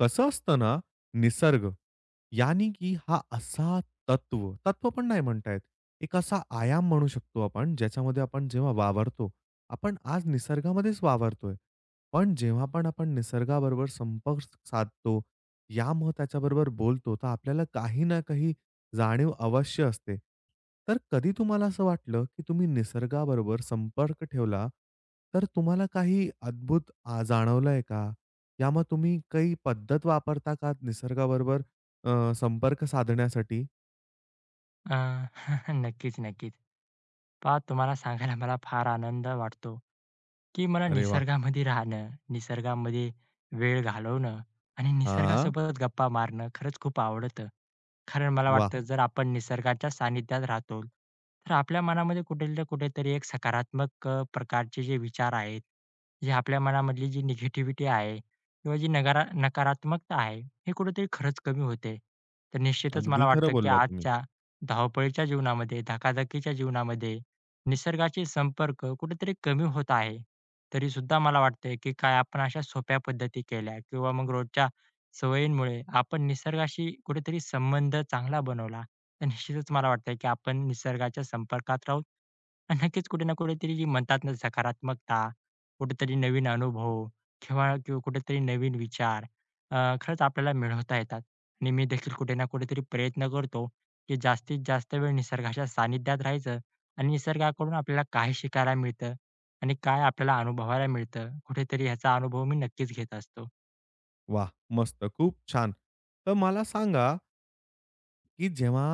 कसं असतं ना, निसर्ग, यानी की हा असा तत्व पण नाही म्हणता येत. एक असा आयाम म्हणू शकतो आपण, ज्याच्यामध्ये आपण जेव्हा वावरतो, आपण आज निसर्गामध्येच वावरतोय. पण जेव्हा पण आपण निसर्गाबरोबर संपर्क साधतो, या मग त्याच्याबरोबर बोलतो, तर आपल्याला काही ना काही जाणीव अवश्य असते. तर कधी तुम्हाला असं वाटलं, की तुम्ही निसर्गाबरोबर संपर्क ठेवला, तर तुम्हाला काही अद्भुत जाणवलंय का? यामग तुम्ही काही पद्धत वापरता का निसर्गाबरोबर संपर्क साधण्यासाठी? अ, नक्कीच, नक्कीच. पहा तुम्हाला सांगायला मला फार आनंद वाटतो, की मला अरे वाह! निसर्गामध्ये राहणं, निसर्गामध्ये वेळ घालवणं आणि हां, निसर्गासोबत गप्पा मारणं खरंच खूप आवडतं. कारण मला वाह! वाटतं जर आपण निसर्गाच्या सानिध्यात राहतो, तर आपल्या मनामध्ये कुठे ना कुठेतरी एक सकारात्मक प्रकारचे जे विचार आहेत, जे आपल्या मनामधली जी निगेटिव्हिटी आहे किंवा जी नकारात्मकता आहे, हे कुठेतरी खरंच कमी होते. तर निश्चितच मला अगदी खरं वाटतं, की बोलला तुम्ही. आजच्या धावपळीच्या जीवनामध्ये, धकाधकीच्या जीवनामध्ये निसर्गाचे संपर्क कुठेतरी कमी होत आहे. तरीसुद्धा मला वाटतंय, की काय आपण अशा सोप्या पद्धती केल्या किंवा मग रोजच्या सवयींमुळे आपण निसर्गाशी कुठेतरी संबंध चांगला बनवला. तर निश्चितच मला वाटतंय, की आपण निसर्गाच्या संपर्कात राहून नक्कीच कुठे ना कुठेतरी जी म्हणतात ना सकारात्मकता, कुठेतरी नवीन अनुभव किंवा किंवा कुठेतरी नवीन विचार खरंच आपल्याला मिळवता येतात आणि मी देखील कुठे ना कुठेतरी प्रयत्न करतो की जास्तीत जास्त वेळ निसर्गाच्या सानिध्यात राहायचं आणि निसर्गाकडून आपल्याला काय शिकायला मिळतं आणि काय आपल्याला अनुभवायला मिळतं, कुठेतरी ह्याचा अनुभव मी नक्कीच घेत असतो. वाह! मस्त, खूप छान. तर मला सांगा की जेव्हा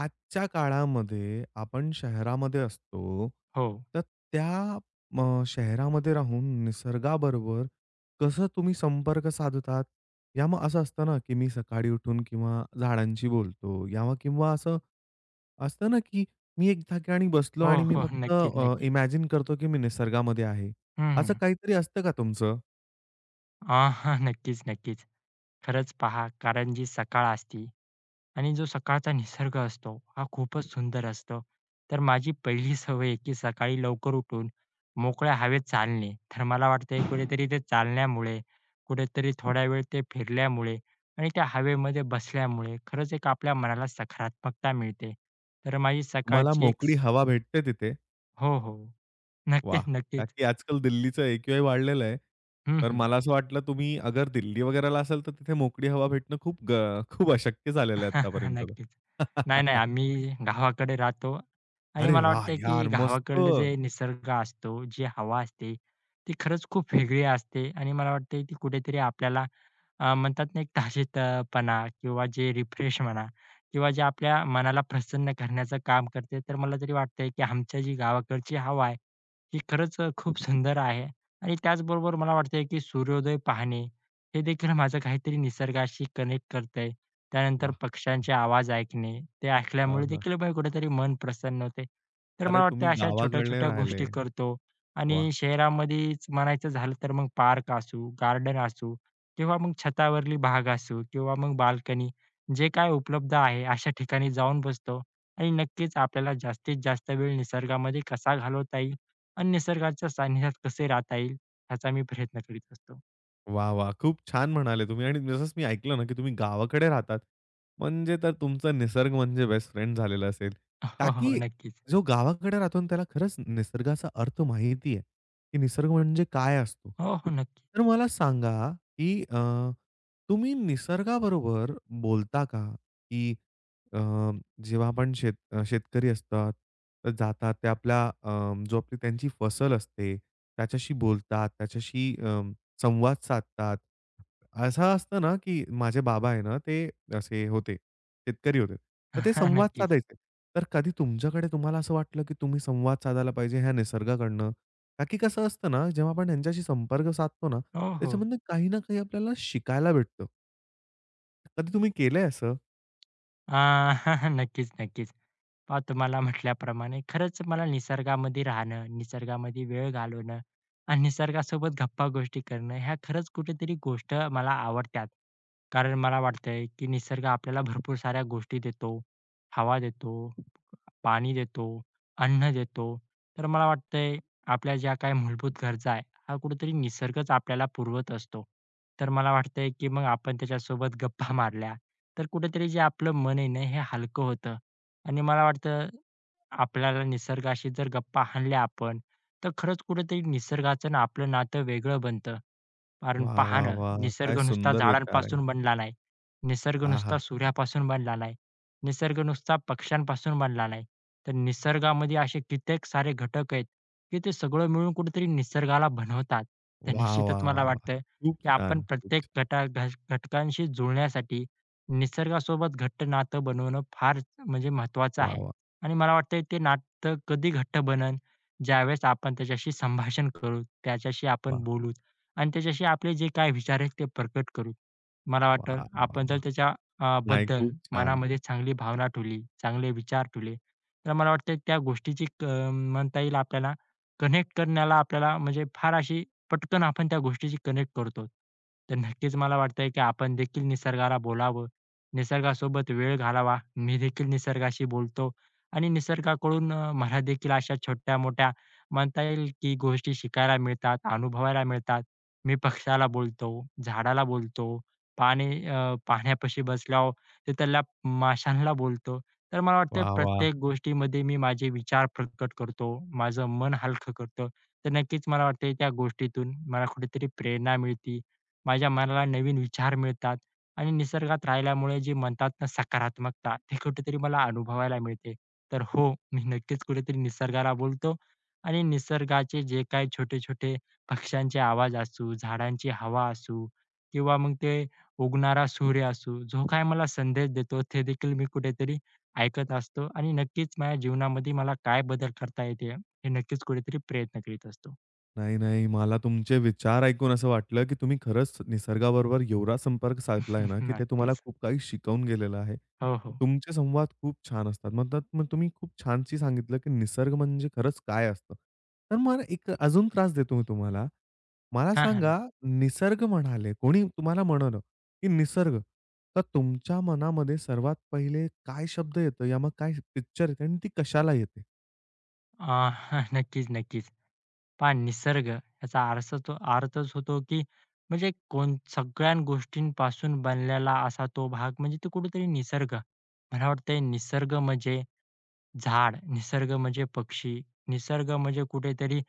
आजच्या काळामध्ये आपण शहरामध्ये असतो, हो. तर त्या शहरामध्ये राहून निसर्गाबरोबर कसं तुम्ही संपर्क साधतात? या मग असं असतं ना, की मी सकाळी उठून किंवा झाडांशी बोलतो या मग किंवा असं असतं ना, की मी एक ठिकाणी बसलो हो, आणि मी हो. फक्त नक्कीच, नक्कीच. इमॅजिन करतो, की मी निसर्गामध्ये आहे. हं, असं हं. काहीतरी असतं का तुमचं? अ, नक्कीच, नक्कीच. खरंच पहा कारण जी सकाळ असते आणि जो सकाळचा निसर्ग असतो, हा खूपच सुंदर असतो. तर माझी पहिली सवय आहे, की सकाळी लवकर उठून मोकळ्या हवेत चालणे. तर मला वाटतंय कुठेतरी ते चालण्यामुळे, कुठेतरी थोडा वेळ ते फिरल्यामुळे आणि त्या हवेमध्ये बसल्यामुळे खरंच एक आपल्या मनाला सकारात्मकता मिळते. तर माझी तुम्हाला सकाळची एक मोकळी हवा भेटते तिथे? हो, हो. वाह! नक्कीच, का नक्कीच. की आजकाल दिल्लीचं AQI वाढलेलं आहे. हं, तर हं. मला असं वाटलं तुम्ही अगर दिल्ली वगैरेला असाल, तर तिथे मोकळी हवा भेटणं खूप खूप अशक्य झालेलं आहे आत्तापर्यंत तर. नक्कीच. नाही, नाही. आम्ही गावाकडे राहतो आणि अरे मला वाह! वाटतं, की यार गावाकडलं जे मस्त. निसर्ग असतो, जी हवा असते, ती खरंच खूप वेगळी असते आणि मला वाटतं, ती कुठेतरी आपल्याला म्हणतात ना, एक ताजेतपणा किंवा जे रिफ्रेश म्हणा किंवा जे आपल्या मनाला प्रसन्न करण्याचं काम करते. तर मला तरी वाटतंय, की आमच्या जी गावाकडची हवा आहे, ही खरंच खूप सुंदर आहे आणि त्याचबरोबर मला वाटतंय, की सूर्योदय पाहणे हे देखील माझं काहीतरी निसर्गाशी कनेक्ट करतंय. त्यानंतर वाह! पक्ष्यांचे आवाज ऐकणे, ते ऐकल्यामुळे हं. देखील बघा कुठेतरी मन प्रसन्न होते. तर मला अरे वाटतं तुम्ही अशा गावाकडले छोट्या-छोट्या गोष्टी राहिले. करतो आणि वाह! शहरामध्येच म्हणायचं झालं तर मग पार्क असू, गार्डन असू किंवा मग छतावरली भाग असू किंवा मग बाल्कनी जे काय उपलब्ध आहे अशा ठिकाणी जाऊन बसतो आणि नक्कीच आपल्याला जास्तीत जास्त वेळ निसर्गामध्ये कसा घालवता येईल आणि निसर्गाच्या सानिध्यात कसे राहता येईल ह्याचा मी प्रयत्न करीत असतो. वाह, वाह! खूप छान म्हणाले तुम्ही आणि जसंच मी ऐकलं ना, की तुम्ही गावाकडे राहतात. म्हणजे तर तुमचा निसर्ग म्हणजे बेस्ट फ्रेंड झालेला असेल. का हो, हो. हो, की नक्कीच. जो गावाकडे राहतो ना, त्याला खरंच निसर्गाचा अर्थ माहिती आहे, की निसर्ग म्हणजे काय असतो. हो, हो. नक्की. तर मला सांगा, की तुम्ही निसर्गाबरोबर बोलता का? की अ, जेव्हा आपण शेतकरी असतात, तर जातात ते आपला जो आपली त्यांची फसल असते, त्याच्याशी बोलतात, त्याच्याशी संवाद साधतात. असं असतं ना, की माझे बाबा आहे ना, ते असे होते, शेतकरी होते. तर ते संवाद नक्कीच. साधायचे. तर कधी तुमच्याकडे तुम्हाला असं वाटलं, की तुम्ही संवाद साधायला पाहिजे ह्या निसर्गाकडनं? का की कसं असतं ना, जेव्हा आपण त्यांच्याशी संपर्क साधतो ना, हो, हो. त्याच्यामधनं काही ना काही आपल्याला शिकायला भेटतं. कधी तुम्ही केलंय असं? अ, नक्कीच, नक्कीच. पहा तुम्हाला म्हटल्याप्रमाणे खरंच मला निसर्गामध्ये राहणं, निसर्गामध्ये वेळ घालवणं आणि निसर्गासोबत गप्पा-गोष्टी करणं ह्या खरंच कुठेतरी गोष्ट मला आवडतात. कारण मला वाटतंय, की निसर्ग आपल्याला भरपूर साऱ्या गोष्टी देतो, हवा देतो. पाणी देतो, अन्न देतो. तर मला वाटतंय आपल्या ज्या काही मूलभूत गरजा आहे, हा कुठेतरी निसर्गच आपल्याला पुरवत असतो. तर मला वाटतंय, की मग आपण त्याच्यासोबत गप्पा मारल्या, तर कुठेतरी जे आपलं मन आहे ना, हे हलकं होतं आणि मला वाटतं आपल्याला निसर्गाशी जर गप्पा हाणल्या आपण, तर खरंच कुठेतरी निसर्गाचं ना आपलं नातं वेगळं बनतं. कारण वाह, पहा वाह, ना, वाह! निसर्ग काय नुसता सुंदर विचार आहे. झाडांपासून बनला नाही. निसर्ग आहा! नुसता सूर्यापासून बनला नाही. निसर्ग नुसता पक्ष्यांपासून बनला नाही. तर निसर्गामध्ये असे कित्येक सारे घटक आहेत, की ते सगळं मिळून कुठेतरी निसर्गाला बनवतात. तर वाह, निश्चितच वाह, मला वाह, वाह! वाटतं, खूप की आपण छान, खूप प्रत्येक छान. घटा घ घटकांशी जुळण्यासाठी निसर्गासोबत घट्ट नातं बनवणं फार म्हणजे महत्त्वाचं वाह, आहे. वाह, आणि मला वाटतंय ते नातं कधी घट्ट बनल, ज्यावेळेस आपण त्याच्याशी संभाषण करू, त्याच्याशी आपण वाह, बोलू आणि त्याच्याशी आपले जे काही विचार आहेत ते प्रकट करू. मला वाटलं वाह, वाह! आपण जर वाह. त्याच्या नाही, बद्दल खूप छान. मनामध्ये चांगली भावना ठेवली, चांगले विचार ठेवले, तर मला वाटतं त्या गोष्टीची म्हणता येईल आपल्याला कनेक्ट करण्याला आपल्याला म्हणजे फार अशी पटकन आपण त्या गोष्टीशी कनेक्ट करतो. तर नक्कीच मला वाटतंय की आपण देखील निसर्गाला बोलावं, निसर्गासोबत वेळ घालवावा. मी देखील निसर्गाशी बोलतो आणि निसर्गाकडून मला देखील अशा छोट्या-मोठ्या म्हणता येईल की गोष्टी शिकायला मिळतात, अनुभवायला मिळतात. मी पक्ष्याला बोलतो, झाडाला बोलतो, पाणी अ, पाण्यापाशी बसल्यावर ते त्याला माशांना बोलतो. तर मला वाटतं वाह, वाह! प्रत्येक गोष्टीमध्ये मी माझे विचार प्रकट करतो, माझं मन हलकं करतो. तर नक्कीच मला वाटतं त्या गोष्टीतून मला कुठेतरी प्रेरणा मिळते. माझ्या मनाला नवीन विचार मिळतात आणि निसर्गात राहिल्यामुळे जे म्हणतात ना सकारात्मकता, ते कुठेतरी मला अनुभवायला मिळते. तर हो, मी नक्कीच कुठेतरी निसर्गाला बोलतो आणि निसर्गाचे जे काही छोटे-छोटे पक्ष्यांचे आवाज असू, झाडांची हवा असू किंवा मग ते उगणारा सूर्य असू, जो काय मला संदेश देतो, ते देखील मी कुठेतरी ऐकत असतो आणि नक्कीच माझ्या जीवनामध्ये मला काय बदल करता येतील, हे नक्कीच कुठेतरी प्रयत्न करीत असतो. नाही, नाही. मला तुमचे विचार ऐकून असं वाटलं, की तुम्ही खरंच निसर्गाबरोबर एवढा संपर्क साधलाय ना, की ते तुम्हाला नक्कीच. खूप काही शिकवून गेलेलं आहे. हो, हो. तुमचे संवाद खूप छान असतात. म्हणतात मग तुम्ही खूप छानशी सांगितलं, की निसर्ग म्हणजे खरंच काय असतं. तर मला एक अजून त्रास देतो मी तुम्हाला. मला हां, हां. नक्की. सांगा निसर्ग म्हणाले, कोणी तुम्हाला म्हणालं, की निसर्ग. तर तुमच्या मनामध्ये सर्वात पहिले काय शब्द येतो? या मग काय पिक्चर येते आणि ती कशाला येते? हां. नक्कीच, नक्कीच. पहा निसर्ग याचा आरसा तो अर्थच होतो, की म्हणजे कोण सगळ्या गोष्टींपासून बनलेला असा तो भाग म्हणजे तो कुठेतरी निसर्ग. मला वाटतंय निसर्ग म्हणजे झाड, निसर्ग म्हणजे पक्षी, निसर्ग म्हणजे कुठेतरी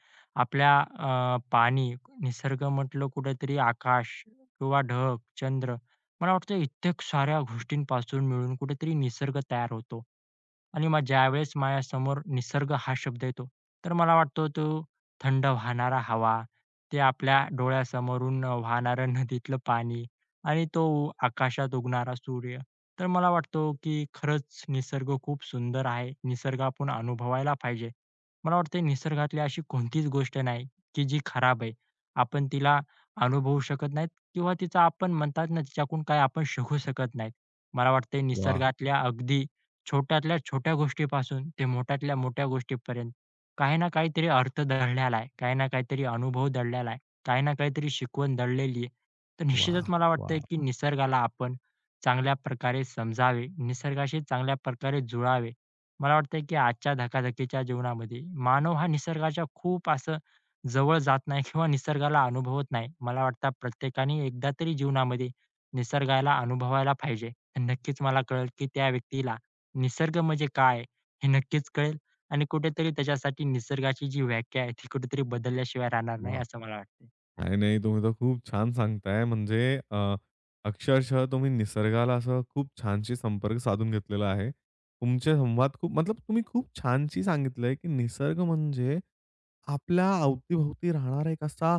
आपल्या पाणी, निसर्ग म्हटलं कुठेतरी आकाश किंवा ढग, चंद्र. मला वाटतं इतक्या साऱ्या गोष्टींपासून मिळून कुठेतरी निसर्ग तयार होतो. आणि मग ज्यावेळेस माझ्यासमोर निसर्ग हा शब्द येतो, तर मला वाटतो तो थंड वाहणारा हवा, ते आपल्या डोळ्यासमोरून वाहणारं नदीतलं पाणी आणि तो आकाशात उगणारा सूर्य. तर मला वाटतो, की खरंच निसर्ग खूप सुंदर आहे. निसर्ग आपण अनुभवायला पाहिजे. मला वाटते निसर्गातली अशी कोणतीच गोष्ट नाही, की जी खराब आहे. आपण तिला अनुभवू शकत नाहीत किंवा तिचा आपण म्हणतात ना, तिच्याकडून काही आपण शिकू शकत नाहीत. मला वाटते वाह! निसर्गातल्या अगदी छोट्यातल्या छोट्या गोष्टीपासून ते मोठ्यातल्या मोठ्या गोष्टीपर्यंत काही ना काहीतरी अर्थ दडलेला आहे, काही ना काहीतरी अनुभव दडलेला आहे. काही ना काहीतरी शिकवण दडलेली आहे. तर निश्चितच वाह! मला वाटतंय वाह! की निसर्गाला आपण चांगल्या प्रकारे समजावे, निसर्गाशी चांगल्या प्रकारे जुळावे. मला वाटतंय की आजच्या धकाधकीच्या जीवनामध्ये मानव हा निसर्गाच्या खूप असं जवळ जात नाही किंवा निसर्गाला अनुभवत नाही. मला वाटतं प्रत्येकाने एकदा तरी जीवनामध्ये निसर्गाला अनुभवायला पाहिजे. नक्कीच मला कळेल की त्या व्यक्तीला निसर्ग म्हणजे काय हे नक्कीच कळेल आणि कुठेतरी त्याच्यासाठी निसर्गाची जी व्याख्या आहे ती कुठेतरी बदलल्याशिवाय राहणार नाही वाह! असं मला वाटतं. नाही, नाही. तुम्ही तर खूप छान सांगताय. म्हणजे अ, अक्षरशः तुम्ही निसर्गाला असं खूप छानशी संपर्क साधून घेतलेला आहे. तुमचे संवाद खूप मतलब तुम्ही खूप छानशी सांगितलंय, की निसर्ग म्हणजे आपल्या अवतीभोवती राहणारा एक असा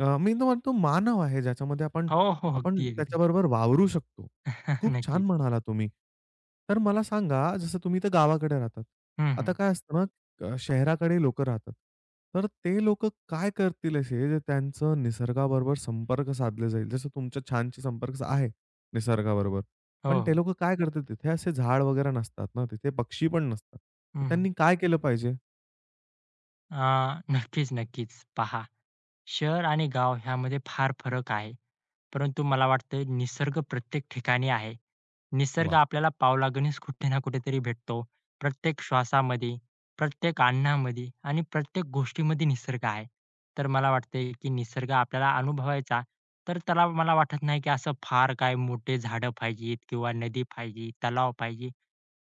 मी तर म्हणतो मानव आहे, ज्याच्यामध्ये आपण हो, हो. हो. आपण अगदी, अगदी. त्याच्याबरोबर वावरू शकतो. खूप छान नक्कीच. म्हणाला तुम्ही. तर मला सांगा, जसं तुम्ही तर गावाकडे राहतात. हं, आता हं. काय असतं ना, शहराकडे लोकं राहतात. तर ते लोकं काय करतील असे, जे त्यांचं निसर्गाबरोबर संपर्क साधले जाईल? जसं तुमचं छानशी आहे निसर्गाबरोबर. हो, पण हो. ते लोकं काय करतात तिथे असे झाड वगैरे नसतात ना, तिथे पक्षी पण नसतात. तर हं, हं. त्यांनी काय केलं पाहिजे? नक्कीच, नक्कीच. पहा, शहर आणि गाव ह्यामध्ये फार फरक आहे. परंतु मला वाटतं निसर्ग प्रत्येक ठिकाणी आहे. निसर्ग वाह! आपल्याला पावलागणिक कुठे ना कुठेतरी भेटतो. प्रत्येक श्वासामध्ये, प्रत्येक अन्नामध्ये आणि प्रत्येक गोष्टीमध्ये निसर्ग आहे. तर मला वाटतंय की निसर्ग आपल्याला अनुभवायचा तर त्याला मला वाटत नाही की असं फार काय मोठे झाडं पाहिजेत किंवा नदी पाहिजे, तलाव पाहिजे.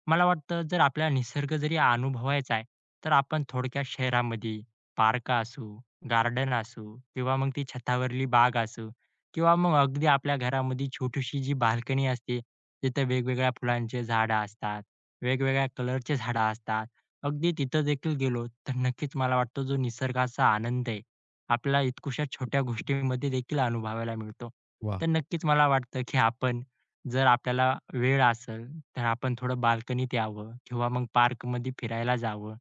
मला वाटतं जर आपल्याला निसर्ग जरी अनुभवायचा आहे, तर आपण थोडक्या शहरामध्ये, पार्क असू गार्डन असू किंवा मग ती छतावरली बाग असू किंवा मग अगदी आपल्या घरामध्ये छोटीशी जी बाल्कनी असते, तिथं वेगवेगळ्या फुलांचे झाडं असतात, वेगवेगळ्या कलरचे झाडं असतात. अगदी तिथं देखील गेलो तर नक्कीच मला वाटतं जो निसर्गाचा आनंद आहे, आपल्याला इतकुशा छोट्या गोष्टींमध्ये देखील अनुभवायला मिळतो. वाह! तर नक्कीच मला वाटतं की आपण जर आपल्याला वेळ असेल, तर आपण थोडं बाल्कनीत यावं किंवा मग पार्कमध्ये फिरायला जावं.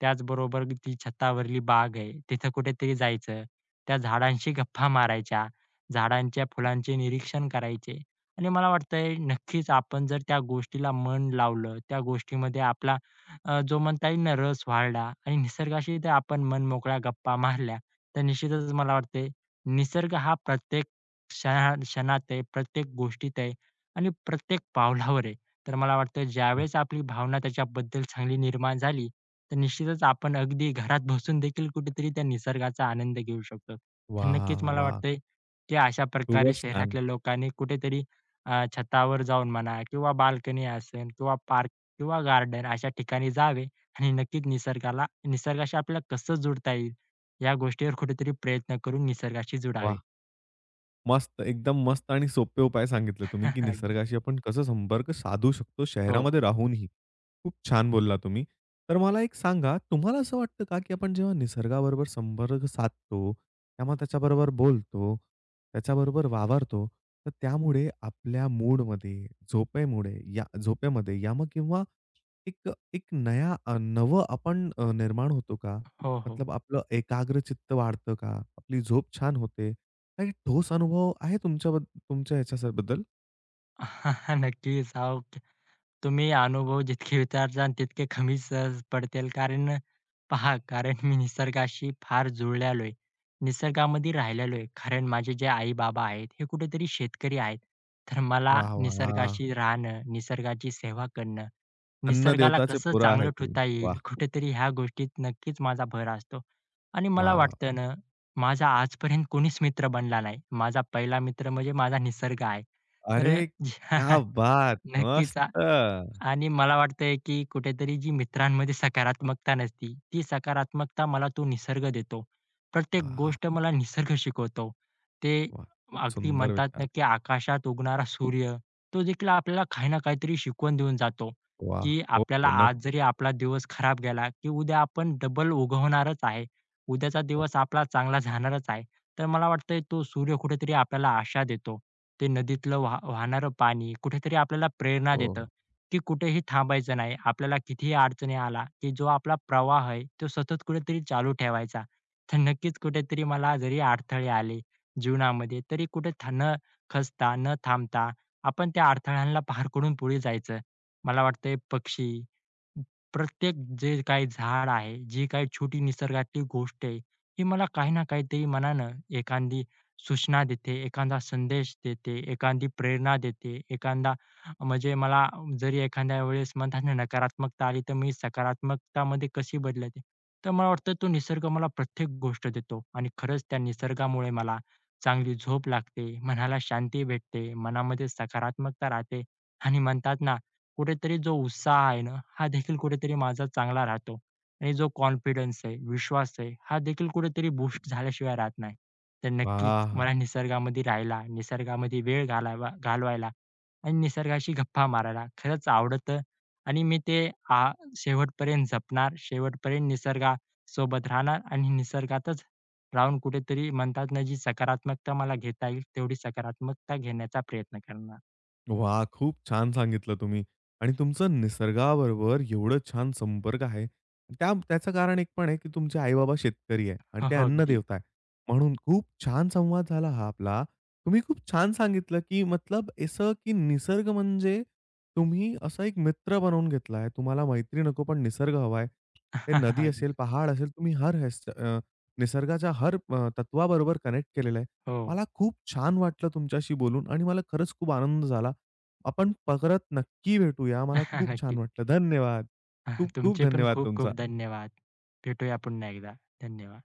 त्याचबरोबर ती छतावरली बाग आहे, तिथं कुठेतरी जायचं. त्या झाडांशी गप्पा मारायच्या, झाडांच्या फुलांचे निरीक्षण करायचे आणि मला वाटतंय नक्कीच आपण जर त्या गोष्टीला मन लावलं, त्या गोष्टीमध्ये आपला जो म्हणता येईल ना रस वाढला आणि निसर्गाशी जर आपण मनमोकळ्या गप्पा मारल्या, तर निश्चितच मला वाटतंय निसर्ग हा प्रत्येक क्षणात आहे, प्रत्येक गोष्टीत आहे आणि प्रत्येक पावलावर आहे. तर मला वाटतं वाह! ज्यावेळेस आपली भावना त्याच्याबद्दल चांगली निर्माण झाली, तर निश्चितच आपण अगदी घरात बसून देखील कुठेतरी त्या निसर्गाचा आनंद घेऊ शकतो. तर नक्कीच वाह! मला वाह! वाटतंय, की अशा प्रकारे खूपच छान. शहरातल्या लोकांनी कुठेतरी छतावर जाऊन म्हणा किंवा बाल्कनी असेल किंवा पार्क किंवा गार्डन अशा ठिकाणी जावे आणि नक्कीच निसर्गाशी आपल्याला कसं जुडता येईल, या गोष्टीवर कुठेतरी प्रयत्न करून निसर्गाशी जुडावे. वाह! मस्त, एकदम मस्त आणि सोपे उपाय सांगितले तुम्ही, की अगदी. निसर्गाशी आपण कसं संपर्क साधू शकतो हो. शहरामध्ये राहूनही. खूप छान बोलला तुम्ही. तर मला एक सांगा, तुम्हाला असं वाटतं का, की आपण जेव्हा निसर्गाबरोबर संपर्क साधतो, तेव्हा त्याच्याबरोबर बोलतो, त्याच्याबरोबर वावरतो, तर त्यामुळे आपल्या मूडमध्ये, झोपेमुळे या झोपेमध्ये या मग किंवा एक एक नवं आपण निर्माण होतो का? हो, हो. मतलब आपलं एकाग्र चित्त वाढतं का? आपली झोप छान होते? काही ठोस अनुभव आहे तुमच्या ह्याच्याबद्दल? नक्कीच. हो, तुम्ही अनुभव जितके विचारसान तितके कमी सहज पडतील. कारण पहा, कारण मी निसर्गाशी फार जुळलेलो आहे. निसर्गामध्ये राहिलेलो आहे. कारण माझे जे आई-बाबा आहेत, हे कुठेतरी शेतकरी आहेत. तर मला वाह! वाह! वाह! निसर्गाशी राहणं, निसर्गाची सेवा करणं, निसर्गाला अन्नदेवताचे कसं पोरं आहे चांगलं तुम्ही. ठेवता येईल, वाह! कुठेतरी ह्या गोष्टीत नक्कीच माझा भर असतो. आणि मला वाह! वाह! वाटतं ना, माझा आजपर्यंत कोणीच मित्र बनला नाही. माझा पहिला मित्र म्हणजे माझा निसर्ग आहे. तर अरे क्या बात! मस्त. नक्कीच आणि मला वाटतंय, की कुठेतरी जी मित्रांमध्ये सकारात्मकता नसती, ती सकारात्मकता मला तो निसर्ग देतो. प्रत्येक वाह! गोष्ट मला निसर्ग शिकवतो. ते वाह! खूप अगदी सुंदर म्हणतात ना, विचार. की आकाशात उगणारा सूर्य, तो देखील आपल्याला काही ना काहीतरी शिकवून देऊन जातो, वाह! की हो, आपल्याला हो. आज नक्की. जरी आपला दिवस खराब गेला, की उद्या आपण डबल उगवणारच आहे. उद्याचा वाह! दिवस आपला चांगला जाणारच आहे. तर मला वाटतंय तो सूर्य कुठेतरी आपल्याला आशा देतो. ते नदीतलं वाहणारं पाणी कुठेतरी आपल्याला प्रेरणा हो. देतं. की कुठेही थांबायचं नाही. आपल्याला कितीही अडचणी आला, की जो आपला प्रवाह आहे, तो सतत कुठेतरी चालू ठेवायचा. तर नक्कीच कुठेतरी मला जरी अडथळे आले जीवनामध्ये, तरी कुठे था न खचता, न थांबता आपण त्या अडथळ्यांना पार करून पुढे जायचं. मला वाटतंय पक्षी प्रत्येक जे काही झाड आहे, जी काही छोटी निसर्गातली गोष्ट आहे, ही मला काही ना काहीतरी मनानं एखादी सूचना देते, एखादा संदेश देते, एखादी प्रेरणा देते, एखादा म्हणजे मला जरी एखाद्या वेळेस म्हणतात ना नकारात्मकता आली, तर मी सकारात्मकतामध्ये कशी बदलते. तर मला वाटतं तो निसर्ग मला प्रत्येक गोष्ट देतो आणि खरंच त्या निसर्गामुळे मला चांगली झोप लागते, मनाला शांती भेटते, मनामध्ये सकारात्मकता राहते आणि म्हणतात ना कुठेतरी जो उत्साह आहे ना, हा देखील कुठेतरी माझा चांगला राहतो आणि जो कॉन्फिडन्स आहे, विश्वास आहे, हा देखील कुठेतरी बूस्ट झाल्याशिवाय राहत नाही. तर नक्कीच वाह! मला निसर्गामध्ये राहायला, निसर्गामध्ये वेळ घालवायला आणि निसर्गाशी गप्पा मारायला खरंच आवडतं आणि मी ते आ शेवटपर्यंत जपणार, शेवटपर्यंत निसर्गासोबत राहणार आणि निसर्गातच राहून कुठेतरी म्हणतात ना, जी सकारात्मकता मला घेता येईल, तेवढी सकारात्मकता घेण्याचा प्रयत्न करणार. वाह! खूप छान सांगितलं तुम्ही. आणि तुमचं निसर्गाबरोबर एवढं छान संपर्क आहे. त्या त्याचं कारण एक पण आहे, की तुमचे आई-बाबा शेतकरी आहे आणि हो, ते हो. अगदी. अन्नदेवता आहे. म्हणून खूप छान संवाद झाला हा आपला. तुम्ही खूप छान सांगितलं, की मतलब असं की निसर्ग म्हणजे तुम्ही असा एक मित्र बनवून घेतला आहे. तुम्हाला मैत्री नको, पण निसर्ग हवा आहे. ते नदी असेल, अगदी. पहाड असेल, तुम्ही निसर्गाच्या हर तत्वाबरोबर कनेक्ट केलेलं आहे. हो. मला खूप छान वाटलं तुमच्याशी बोलून आणि मला खरंच खूप आनंद झाला. आपण परत नक्की भेटूया. मला खूप छान नक्कीच. वाटलं. धन्यवाद. खूप खूप तुमचे पण धन्यवाद खूप खूप तुमचा. धन्यवाद. भेटूया पुन्हा एकदा. धन्यवाद.